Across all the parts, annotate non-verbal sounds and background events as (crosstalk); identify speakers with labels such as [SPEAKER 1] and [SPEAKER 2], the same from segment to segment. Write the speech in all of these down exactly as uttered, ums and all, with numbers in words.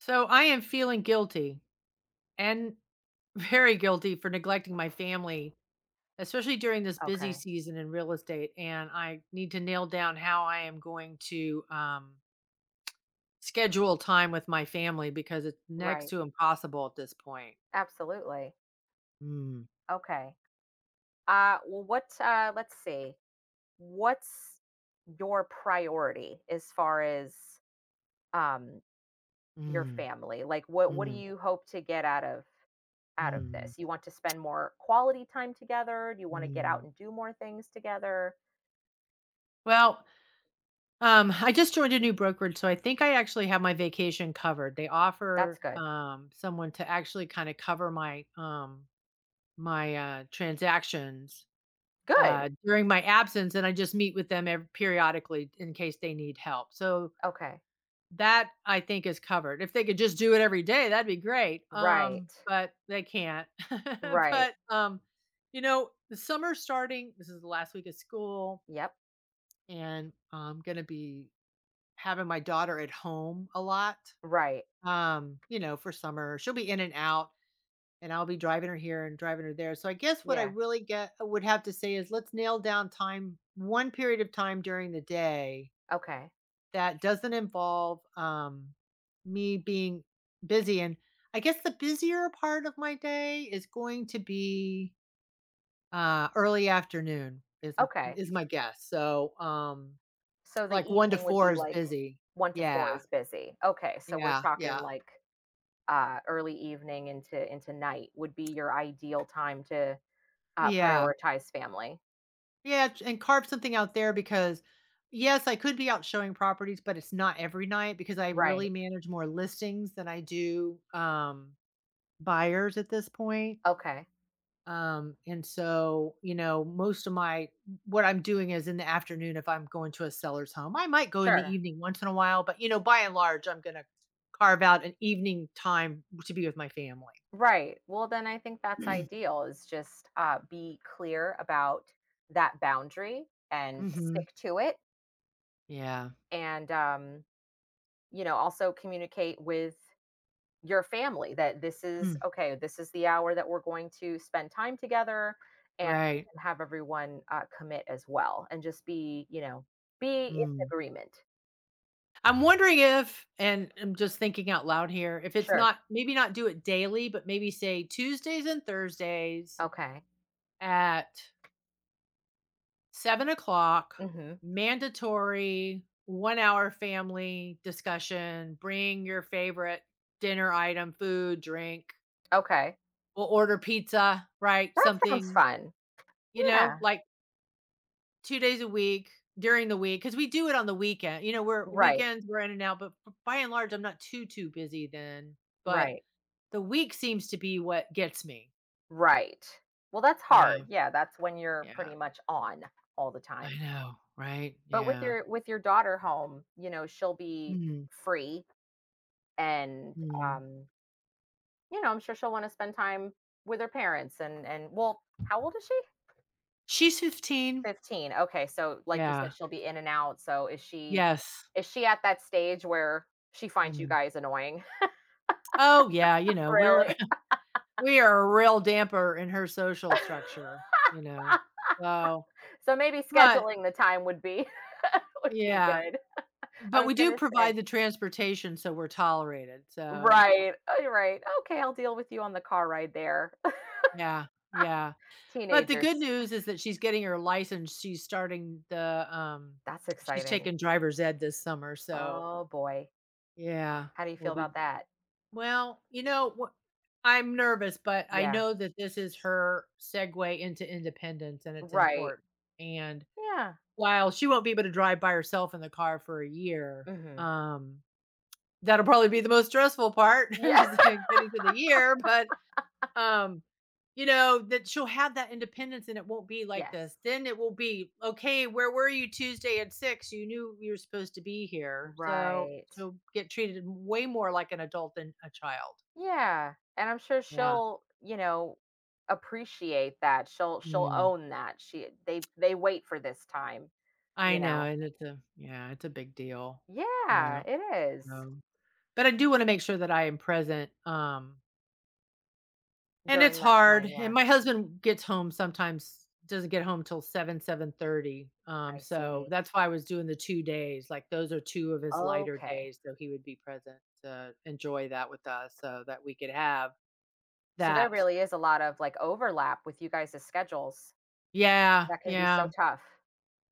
[SPEAKER 1] So I am feeling guilty and (laughs) very guilty for neglecting my family, especially during this busy
[SPEAKER 2] Okay.
[SPEAKER 1] season in real estate. And I need to nail down how I am going to um, schedule time with my family because it's next
[SPEAKER 2] Right.
[SPEAKER 1] to impossible at this point.
[SPEAKER 2] Absolutely.
[SPEAKER 1] Mm,
[SPEAKER 2] Okay. Uh well what uh let's see. What's your priority as far as um your
[SPEAKER 1] mm,
[SPEAKER 2] family? Like what what do
[SPEAKER 1] mm,
[SPEAKER 2] you hope to get out of out of
[SPEAKER 1] mm,
[SPEAKER 2] this? You want to spend more quality time together? Do you want to get out
[SPEAKER 1] mm.
[SPEAKER 2] and do more things together?
[SPEAKER 1] Well, um, I just joined a new brokerage, so I think I actually have my vacation covered. They
[SPEAKER 2] That's
[SPEAKER 1] offer
[SPEAKER 2] good.
[SPEAKER 1] um, someone to actually kind of cover my um, my, uh, transactions, uh,
[SPEAKER 2] Good.
[SPEAKER 1] during my absence, and I just meet with them ev periodically in case they need help. So,
[SPEAKER 2] Okay.
[SPEAKER 1] that I think is covered. If they could just do it every day, that'd be great, um,
[SPEAKER 2] Right.
[SPEAKER 1] but they can't. (laughs)
[SPEAKER 2] Right.
[SPEAKER 1] But, um, you know, the summer's starting, this is the last week of school,
[SPEAKER 2] Yep.
[SPEAKER 1] and I'm gonna be having my daughter at home a lot,
[SPEAKER 2] Right.
[SPEAKER 1] um, you know, for summer. She'll be in and out. And I'll be driving her here and driving her there. So I guess what I
[SPEAKER 2] Yeah.
[SPEAKER 1] really get uh, would have to say is let's nail down time, one period of time during the day
[SPEAKER 2] Okay.
[SPEAKER 1] that doesn't involve um, me being busy. And I guess the busier part of my day is going to be uh, early afternoon is m-
[SPEAKER 2] Okay.
[SPEAKER 1] is my guess. So um,
[SPEAKER 2] So the
[SPEAKER 1] like one to
[SPEAKER 2] evening would
[SPEAKER 1] four
[SPEAKER 2] be
[SPEAKER 1] is
[SPEAKER 2] like
[SPEAKER 1] busy.
[SPEAKER 2] one to four
[SPEAKER 1] Yeah,
[SPEAKER 2] is busy. Okay, so we're
[SPEAKER 1] yeah,
[SPEAKER 2] talking
[SPEAKER 1] yeah,
[SPEAKER 2] like, uh, early evening into into night would be your ideal time to, uh,
[SPEAKER 1] yeah.
[SPEAKER 2] prioritize family.
[SPEAKER 1] Yeah, ch and carve something out there because, yes, I could be out showing properties, but it's not every night because I
[SPEAKER 2] Right.
[SPEAKER 1] really manage more listings than I do, um, buyers at this point,
[SPEAKER 2] Okay.
[SPEAKER 1] um, and so, you know, most of my what I'm doing is in the afternoon if I'm going to a seller's home. I might go in the
[SPEAKER 2] Sure.
[SPEAKER 1] evening once in a while, but, you know, by and large, I'm gonna carve out an evening time to be with my family.
[SPEAKER 2] Right. Well, then I think that's
[SPEAKER 1] (clears throat)
[SPEAKER 2] ideal is just, uh, be clear about that boundary and
[SPEAKER 1] Mhm.
[SPEAKER 2] stick to it
[SPEAKER 1] Yeah.
[SPEAKER 2] and, um, you know, also communicate with your family that this is
[SPEAKER 1] Mm.
[SPEAKER 2] okay, this is the hour that we're going to spend time together and,
[SPEAKER 1] Right.
[SPEAKER 2] and have everyone uh, commit as well and just be, you know, be in
[SPEAKER 1] Mm.
[SPEAKER 2] agreement.
[SPEAKER 1] I'm wondering if, and I'm just thinking out loud here, if it's
[SPEAKER 2] Sure.
[SPEAKER 1] not maybe not do it daily, but maybe say Tuesdays and Thursdays
[SPEAKER 2] Okay.
[SPEAKER 1] at seven o'clock,
[SPEAKER 2] Hmm.
[SPEAKER 1] mandatory one hour family discussion. Bring your favorite dinner item, food, drink.
[SPEAKER 2] Okay.
[SPEAKER 1] We'll order pizza, right?
[SPEAKER 2] That sounds
[SPEAKER 1] Something,
[SPEAKER 2] fun.
[SPEAKER 1] you know,
[SPEAKER 2] Yeah.
[SPEAKER 1] like two days a week during the week because we do it on the weekend. You know, we're
[SPEAKER 2] Right.
[SPEAKER 1] weekends, we're in and out, but b- by and large, I'm not too, too busy then. But
[SPEAKER 2] Right.
[SPEAKER 1] the week seems to be what gets me.
[SPEAKER 2] Right. Well, that's
[SPEAKER 1] Yeah,
[SPEAKER 2] hard. Yeah, that's when you're
[SPEAKER 1] yeah.
[SPEAKER 2] pretty much on all the
[SPEAKER 1] I
[SPEAKER 2] time.
[SPEAKER 1] know, right?
[SPEAKER 2] But with
[SPEAKER 1] Yeah.
[SPEAKER 2] your with your daughter home, you know, she'll be
[SPEAKER 1] Mhm,
[SPEAKER 2] free and
[SPEAKER 1] mm.
[SPEAKER 2] um you know, I'm sure she'll want to spend time with her parents and and well, how old is she?
[SPEAKER 1] She's fifteen.
[SPEAKER 2] fifteen. Okay, so like you
[SPEAKER 1] Yeah.
[SPEAKER 2] said, she'll be in and out. So is she
[SPEAKER 1] Yes.
[SPEAKER 2] is she at that stage where she finds you
[SPEAKER 1] Mm.
[SPEAKER 2] guys annoying? (laughs)
[SPEAKER 1] Oh, yeah, you know, we're
[SPEAKER 2] Really?
[SPEAKER 1] (laughs) we are a real damper in her social structure,
[SPEAKER 2] (laughs)
[SPEAKER 1] you know. So,
[SPEAKER 2] So maybe
[SPEAKER 1] but
[SPEAKER 2] scheduling the time would be (laughs) would be
[SPEAKER 1] yeah,
[SPEAKER 2] good. I
[SPEAKER 1] but
[SPEAKER 2] was
[SPEAKER 1] we
[SPEAKER 2] going
[SPEAKER 1] do
[SPEAKER 2] to
[SPEAKER 1] provide
[SPEAKER 2] say.
[SPEAKER 1] the transportation, so we're tolerated. So,
[SPEAKER 2] Right, uh, right. Okay, I'll deal with you on the car ride there.
[SPEAKER 1] yeah, yeah.
[SPEAKER 2] (laughs)
[SPEAKER 1] But the good
[SPEAKER 2] Teenagers.
[SPEAKER 1] news is that she's getting her license. She's starting the um
[SPEAKER 2] That's
[SPEAKER 1] she's
[SPEAKER 2] exciting.
[SPEAKER 1] taking driver's ed this summer, so
[SPEAKER 2] Oh boy.
[SPEAKER 1] yeah,
[SPEAKER 2] How do you
[SPEAKER 1] we'll
[SPEAKER 2] feel
[SPEAKER 1] be
[SPEAKER 2] about that?
[SPEAKER 1] well, you know, wh- I'm nervous, but I
[SPEAKER 2] Yeah.
[SPEAKER 1] know that this is her segue into independence and it's
[SPEAKER 2] Right.
[SPEAKER 1] important. And
[SPEAKER 2] Yeah.
[SPEAKER 1] while she won't be able to drive by herself in the car for a year,
[SPEAKER 2] Mhm.
[SPEAKER 1] um that'll probably be the most stressful part (laughs)
[SPEAKER 2] Yeah.
[SPEAKER 1] is
[SPEAKER 2] (laughs)
[SPEAKER 1] getting to the year, but um, you know, that she'll have that independence and it won't be like this.
[SPEAKER 2] Yes.
[SPEAKER 1] Then it will be, okay, where were you Tuesday at six? You knew you were supposed to be here. So
[SPEAKER 2] Right.
[SPEAKER 1] she'll get treated way more like an adult than a child.
[SPEAKER 2] Yeah, and I'm sure
[SPEAKER 1] Yeah.
[SPEAKER 2] she'll, you know, appreciate that. She'll she'll
[SPEAKER 1] Mm.
[SPEAKER 2] own that. She They they wait for this time,
[SPEAKER 1] I
[SPEAKER 2] you
[SPEAKER 1] know,
[SPEAKER 2] know.
[SPEAKER 1] and it's a yeah, it's a big deal. Yeah.
[SPEAKER 2] Yeah, it is.
[SPEAKER 1] So, but I do want to make sure that I am present. Um, And it's
[SPEAKER 2] During that
[SPEAKER 1] hard,
[SPEAKER 2] time,
[SPEAKER 1] and
[SPEAKER 2] yeah.
[SPEAKER 1] my husband gets home sometimes doesn't get home till seven, seven thirty, um,
[SPEAKER 2] I
[SPEAKER 1] so
[SPEAKER 2] see.
[SPEAKER 1] that's why I was doing the two days, like, those are two of his lighter
[SPEAKER 2] Okay.
[SPEAKER 1] days, so he would be present to enjoy that with us so that we could have
[SPEAKER 2] So there
[SPEAKER 1] that.
[SPEAKER 2] really is a lot of, like, overlap with you guys' schedules.
[SPEAKER 1] Yeah,
[SPEAKER 2] That can be so
[SPEAKER 1] yeah.
[SPEAKER 2] tough.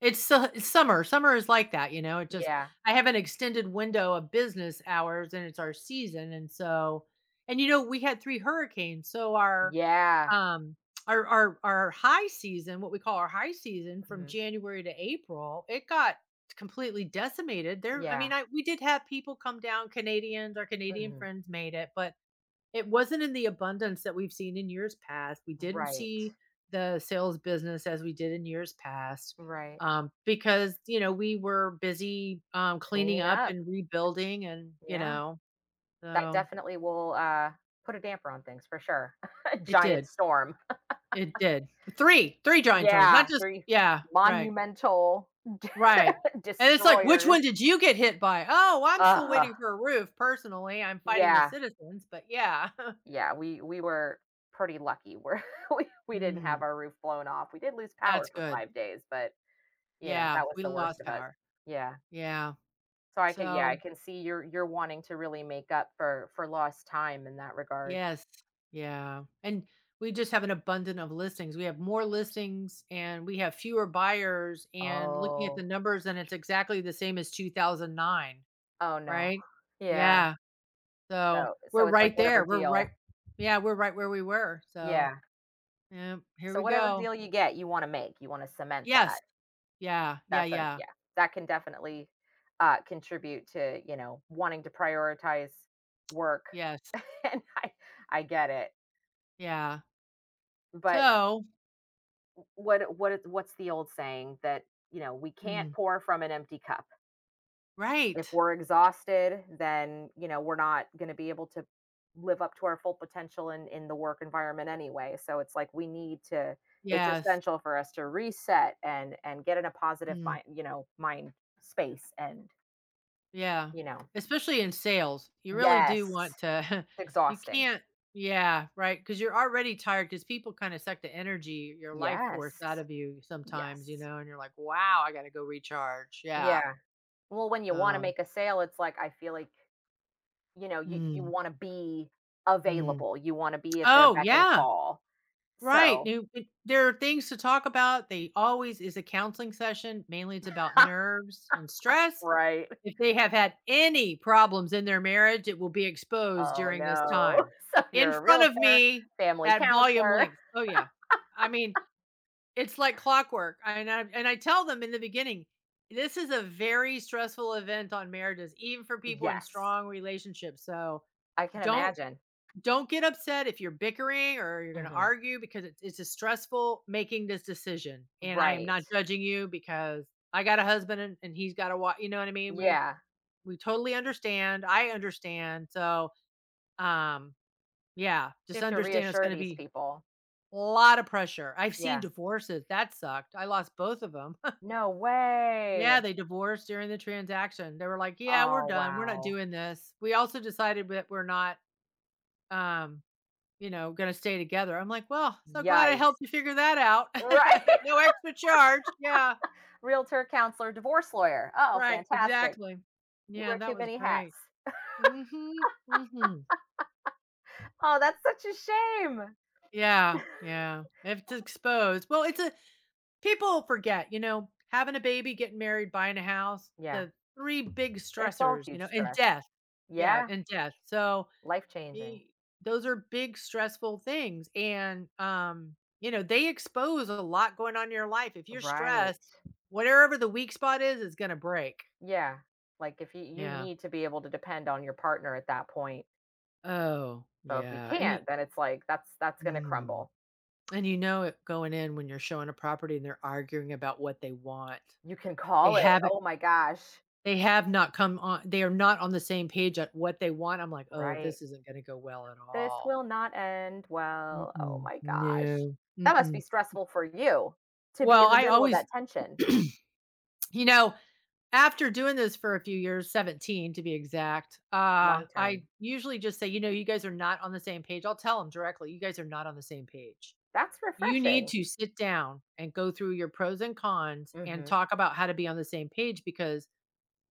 [SPEAKER 1] It's su it's summer. Summer is like that, you know? It just
[SPEAKER 2] Yeah.
[SPEAKER 1] I have an extended window of business hours, and it's our season, and so and, you know, we had three hurricanes, so our,
[SPEAKER 2] Yeah.
[SPEAKER 1] um, our our our high season, what we call our high season from
[SPEAKER 2] Mhm.
[SPEAKER 1] January to April, it got completely decimated. There I mean,
[SPEAKER 2] Yeah.
[SPEAKER 1] I we did have people come down, Canadians, our Canadian
[SPEAKER 2] Mhm.
[SPEAKER 1] friends made it, but it wasn't in the abundance that we've seen in years past. We didn't
[SPEAKER 2] Right.
[SPEAKER 1] see the sales business as we did in years past,
[SPEAKER 2] Right.
[SPEAKER 1] um, because, you know, we were busy, um, cleaning
[SPEAKER 2] Cleaning
[SPEAKER 1] up
[SPEAKER 2] up.
[SPEAKER 1] and rebuilding and, you
[SPEAKER 2] Yeah.
[SPEAKER 1] know,
[SPEAKER 2] That
[SPEAKER 1] so
[SPEAKER 2] definitely will, uh, put a damper on things for sure. (laughs)
[SPEAKER 1] it
[SPEAKER 2] Giant
[SPEAKER 1] did.
[SPEAKER 2] storm.
[SPEAKER 1] It did. three three giant tornadoes, not
[SPEAKER 2] Yeah,
[SPEAKER 1] just
[SPEAKER 2] three
[SPEAKER 1] yeah, right,
[SPEAKER 2] monumental
[SPEAKER 1] right,
[SPEAKER 2] (laughs)
[SPEAKER 1] and it's like, "Which
[SPEAKER 2] destroyers.
[SPEAKER 1] one did you get hit by?" "Oh, I'm still
[SPEAKER 2] Ugh,
[SPEAKER 1] waiting for a roof, personally, I'm fighting with
[SPEAKER 2] yeah,
[SPEAKER 1] citizens, but yeah." (laughs)
[SPEAKER 2] yeah, we we were pretty lucky where (laughs) we we didn't
[SPEAKER 1] Mm,
[SPEAKER 2] have our roof blown off. We did lose power
[SPEAKER 1] that's
[SPEAKER 2] for
[SPEAKER 1] good.
[SPEAKER 2] five days, but, you know,
[SPEAKER 1] Yeah,
[SPEAKER 2] that was
[SPEAKER 1] we
[SPEAKER 2] the worst
[SPEAKER 1] lost
[SPEAKER 2] of it.
[SPEAKER 1] power.
[SPEAKER 2] Yeah.
[SPEAKER 1] Yeah.
[SPEAKER 2] So I could, yeah, I
[SPEAKER 1] So,
[SPEAKER 2] can see you're you're wanting to really make up for for lost time in that regard.
[SPEAKER 1] yes. Yeah, and we just have an abundant of listings. We have more listings and we have fewer buyers and looking at the
[SPEAKER 2] Oh.
[SPEAKER 1] numbers and it's exactly the same as two thousand nine,
[SPEAKER 2] Oh, no.
[SPEAKER 1] right?
[SPEAKER 2] Yeah,
[SPEAKER 1] Yeah. So,
[SPEAKER 2] so
[SPEAKER 1] we're
[SPEAKER 2] so it's
[SPEAKER 1] right
[SPEAKER 2] like
[SPEAKER 1] there.
[SPEAKER 2] whatever
[SPEAKER 1] We're right
[SPEAKER 2] deal.
[SPEAKER 1] Yeah, we're right where we were. So,
[SPEAKER 2] Yeah.
[SPEAKER 1] yep, here
[SPEAKER 2] So
[SPEAKER 1] we
[SPEAKER 2] whatever
[SPEAKER 1] go.
[SPEAKER 2] deal you get, you wanna make, you wanna cement
[SPEAKER 1] Yes.
[SPEAKER 2] that.
[SPEAKER 1] Yeah, yeah,
[SPEAKER 2] That's a,
[SPEAKER 1] yeah.
[SPEAKER 2] yeah, that can definitely, uh, contribute to, you know, wanting to prioritize work,
[SPEAKER 1] Yes.
[SPEAKER 2] (laughs) and I I get it.
[SPEAKER 1] Yeah.
[SPEAKER 2] But,
[SPEAKER 1] So
[SPEAKER 2] what what what's the old saying that, you know, "We can't
[SPEAKER 1] mm,
[SPEAKER 2] pour from an empty cup." If
[SPEAKER 1] right.
[SPEAKER 2] we're exhausted, then, you know, we're not going to be able to live up to our full potential in in the work environment anyway. So it's like we need to, it's
[SPEAKER 1] Yes.
[SPEAKER 2] essential for us to reset and and get in a positive
[SPEAKER 1] Mm.
[SPEAKER 2] mind, you know, mind space and,
[SPEAKER 1] Yeah,
[SPEAKER 2] you know.
[SPEAKER 1] especially in sales, you really do want
[SPEAKER 2] Yes.
[SPEAKER 1] to (laughs)
[SPEAKER 2] It's
[SPEAKER 1] you
[SPEAKER 2] exhausting.
[SPEAKER 1] can't yeah, right. Because 'cause you're already tired. Because people kinda suck the energy, your life force out
[SPEAKER 2] Yes.
[SPEAKER 1] of you sometimes, you
[SPEAKER 2] Yes.
[SPEAKER 1] know, and you're like, "Wow, I gotta go recharge." Yeah,
[SPEAKER 2] Yeah. Well, when you want to
[SPEAKER 1] um,
[SPEAKER 2] make a sale, it's like, I feel like, you know, you you
[SPEAKER 1] mm,
[SPEAKER 2] want to be
[SPEAKER 1] mm.
[SPEAKER 2] available. You want to be at their
[SPEAKER 1] Oh,
[SPEAKER 2] beck and
[SPEAKER 1] yeah,
[SPEAKER 2] call.
[SPEAKER 1] right,
[SPEAKER 2] So,
[SPEAKER 1] new it there are things to talk about, they always is a counseling session, mainly it's about nerves and stress
[SPEAKER 2] right?
[SPEAKER 1] if they have had any problems in their marriage, it will be exposed
[SPEAKER 2] Oh,
[SPEAKER 1] during this
[SPEAKER 2] no.
[SPEAKER 1] time.
[SPEAKER 2] (laughs) So
[SPEAKER 1] In
[SPEAKER 2] you're a
[SPEAKER 1] front of
[SPEAKER 2] realtor,
[SPEAKER 1] me
[SPEAKER 2] family
[SPEAKER 1] at volume
[SPEAKER 2] counselor.
[SPEAKER 1] length. Oh, yeah. I mean, it's like clockwork. And I and I tell them in the beginning, this is a very stressful event on marriages, even for people in
[SPEAKER 2] Yes,
[SPEAKER 1] strong relationships. So
[SPEAKER 2] I can
[SPEAKER 1] don't
[SPEAKER 2] imagine.
[SPEAKER 1] don't get upset if you're bickering or you're going to
[SPEAKER 2] Mhm.
[SPEAKER 1] argue because it's it's a stressful making this decision. And I am
[SPEAKER 2] Right.
[SPEAKER 1] not judging you because I got a husband and, and he's got a wife. You know what I mean? We
[SPEAKER 2] Yeah.
[SPEAKER 1] we totally understand, I understand, so, um, yeah,
[SPEAKER 2] So you
[SPEAKER 1] just
[SPEAKER 2] have to
[SPEAKER 1] understand it's
[SPEAKER 2] reassure
[SPEAKER 1] gonna
[SPEAKER 2] these
[SPEAKER 1] be
[SPEAKER 2] people.
[SPEAKER 1] a lot of pressure. I've seen
[SPEAKER 2] Yeah.
[SPEAKER 1] divorces, that sucked. I lost both of them. (laughs)
[SPEAKER 2] No
[SPEAKER 1] Yeah,
[SPEAKER 2] way.
[SPEAKER 1] they divorced during the transaction. They were like, "Yeah, we're
[SPEAKER 2] Oh,
[SPEAKER 1] done, we're not
[SPEAKER 2] wow.
[SPEAKER 1] doing this. We also decided that we're not, um, you know, gonna stay together." I'm like, "Well, so glad I helped
[SPEAKER 2] Yikes.
[SPEAKER 1] you figure that out.
[SPEAKER 2] Right.
[SPEAKER 1] (laughs)
[SPEAKER 2] (laughs)
[SPEAKER 1] No extra charge." Yeah,
[SPEAKER 2] Realtor, counselor, divorce lawyer. Oh,
[SPEAKER 1] right,
[SPEAKER 2] fantastic.
[SPEAKER 1] exactly.
[SPEAKER 2] You
[SPEAKER 1] Yeah,
[SPEAKER 2] wear
[SPEAKER 1] that
[SPEAKER 2] too
[SPEAKER 1] was
[SPEAKER 2] many hats.
[SPEAKER 1] great. Mhm, mhm.
[SPEAKER 2] Oh, that's such a shame.
[SPEAKER 1] Yeah,
[SPEAKER 2] (laughs)
[SPEAKER 1] yeah. If it's exposed, well, it's a people forget, you know, having a baby, getting married, buying a house,
[SPEAKER 2] Yeah.
[SPEAKER 1] the three big
[SPEAKER 2] It's all
[SPEAKER 1] stressors, you
[SPEAKER 2] huge
[SPEAKER 1] know, and
[SPEAKER 2] stress.
[SPEAKER 1] death. Yeah,
[SPEAKER 2] Yeah.
[SPEAKER 1] and death. So
[SPEAKER 2] Life changing.
[SPEAKER 1] e- those are big stressful things, and um, you know, they expose a lot going on in your life. If you're
[SPEAKER 2] Right.
[SPEAKER 1] stressed, whatever the weak spot is, is gonna break.
[SPEAKER 2] Yeah, like, if you you
[SPEAKER 1] Yeah.
[SPEAKER 2] need to be able to depend on your partner at that point,
[SPEAKER 1] Oh,
[SPEAKER 2] so if you
[SPEAKER 1] yeah. And you.
[SPEAKER 2] can't, then it's like, that's that's gonna
[SPEAKER 1] Mm.
[SPEAKER 2] crumble.
[SPEAKER 1] And you know it going in when you're showing a property and they're arguing about what they want.
[SPEAKER 2] You can
[SPEAKER 1] They
[SPEAKER 2] call it,
[SPEAKER 1] haven't
[SPEAKER 2] oh my gosh,
[SPEAKER 1] they have not come on they are not on the same page at what they want. I'm like, "Oh,
[SPEAKER 2] right?
[SPEAKER 1] this isn't gonna go well at
[SPEAKER 2] "This
[SPEAKER 1] all."
[SPEAKER 2] will not end well." Oh
[SPEAKER 1] Mm-mm.
[SPEAKER 2] my gosh.
[SPEAKER 1] No.
[SPEAKER 2] That must be
[SPEAKER 1] Mm-mm.
[SPEAKER 2] stressful for you to be
[SPEAKER 1] Well,
[SPEAKER 2] in the
[SPEAKER 1] I
[SPEAKER 2] middle of
[SPEAKER 1] always
[SPEAKER 2] that
[SPEAKER 1] (clears throat)
[SPEAKER 2] tension.
[SPEAKER 1] you know, after doing this for a few years, seventeen to be exact, uh,
[SPEAKER 2] Long
[SPEAKER 1] I
[SPEAKER 2] time.
[SPEAKER 1] usually just say, "You know, you guys are not on the same page." I'll tell tell them directly, "You guys are not on the same page.
[SPEAKER 2] That's
[SPEAKER 1] You need
[SPEAKER 2] refreshing.
[SPEAKER 1] to sit down and go through your pros and cons and
[SPEAKER 2] Mhm.
[SPEAKER 1] talk about how to be on the same page because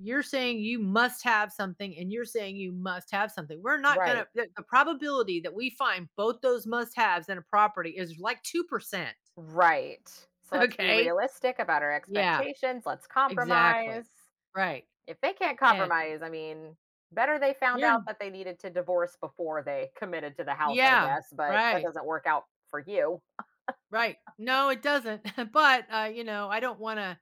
[SPEAKER 1] you're saying you must have something, and you're saying you must have something. We're not gonna
[SPEAKER 2] Right.
[SPEAKER 1] the the probability that we find both those must haves in a property is like two percent,
[SPEAKER 2] Right.
[SPEAKER 1] (laughs)
[SPEAKER 2] So let's be
[SPEAKER 1] okay?
[SPEAKER 2] realistic about our
[SPEAKER 1] Yeah,
[SPEAKER 2] expectations, let's
[SPEAKER 1] exactly.
[SPEAKER 2] compromise.
[SPEAKER 1] Right,
[SPEAKER 2] If they can't
[SPEAKER 1] and
[SPEAKER 2] compromise, I mean, better they found
[SPEAKER 1] you're
[SPEAKER 2] out that they needed to divorce before they committed to the house, I
[SPEAKER 1] yeah,
[SPEAKER 2] guess, but that
[SPEAKER 1] right,
[SPEAKER 2] doesn't work out for you.
[SPEAKER 1] right. No, it doesn't, (laughs) but, uh, you know, I don't wanna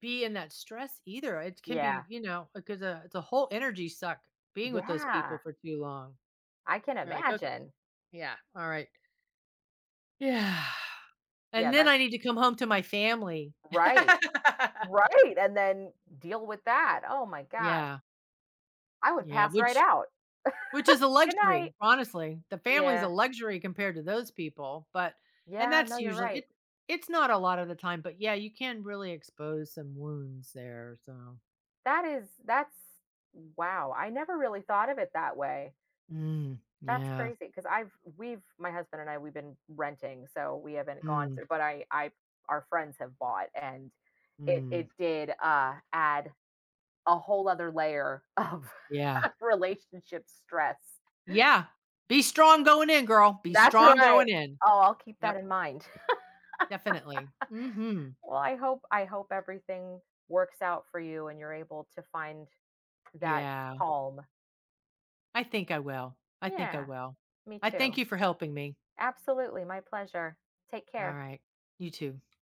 [SPEAKER 1] be in that stress either. It can be,
[SPEAKER 2] Yeah.
[SPEAKER 1] you know, because uh, it's a whole energy suck being with those people
[SPEAKER 2] Yeah.
[SPEAKER 1] for too long.
[SPEAKER 2] I can
[SPEAKER 1] You're like, "Okay.
[SPEAKER 2] imagine.
[SPEAKER 1] Yeah, all right." Yeah. And
[SPEAKER 2] Yeah,
[SPEAKER 1] then I
[SPEAKER 2] that's
[SPEAKER 1] need to come home to my family. (laughs)
[SPEAKER 2] right. Right. And then deal with that. Oh my gosh.
[SPEAKER 1] Yeah,
[SPEAKER 2] I would
[SPEAKER 1] yeah,
[SPEAKER 2] pass right
[SPEAKER 1] which
[SPEAKER 2] out.
[SPEAKER 1] which is a
[SPEAKER 2] Good
[SPEAKER 1] luxury,
[SPEAKER 2] night.
[SPEAKER 1] honestly. The family's a
[SPEAKER 2] Yeah.
[SPEAKER 1] luxury compared to those people, but and
[SPEAKER 2] Yeah, no,
[SPEAKER 1] that's
[SPEAKER 2] you're
[SPEAKER 1] usually
[SPEAKER 2] right.
[SPEAKER 1] it it's not a lot of the time, but yeah, you can really expose some wounds there, so
[SPEAKER 2] That is, that's wow. I never really thought of it that way.
[SPEAKER 1] mm,
[SPEAKER 2] That's
[SPEAKER 1] yeah.
[SPEAKER 2] crazy because I 'cause I've we've, my husband and I, we've been renting, so we haven't gone
[SPEAKER 1] Mm,
[SPEAKER 2] through, but I I our friends have bought, and it
[SPEAKER 1] mm,
[SPEAKER 2] it did, uh, add a whole other layer of
[SPEAKER 1] yeah.
[SPEAKER 2] (laughs) relationship stress.
[SPEAKER 1] Yeah. Be strong going in, girl. Be
[SPEAKER 2] That's
[SPEAKER 1] strong
[SPEAKER 2] right.
[SPEAKER 1] going in.
[SPEAKER 2] Oh, I'll keep
[SPEAKER 1] Yep,
[SPEAKER 2] that in mind. (laughs)
[SPEAKER 1] definitely. Mhm.
[SPEAKER 2] Well, I hope I hope everything works out for you and you're able to find that
[SPEAKER 1] Yeah,
[SPEAKER 2] calm.
[SPEAKER 1] I think I will. I think I
[SPEAKER 2] Yeah,
[SPEAKER 1] will.
[SPEAKER 2] me
[SPEAKER 1] I thank
[SPEAKER 2] too.
[SPEAKER 1] you for helping me.
[SPEAKER 2] Absolutely, my pleasure. Take
[SPEAKER 1] All
[SPEAKER 2] care.
[SPEAKER 1] right. You too.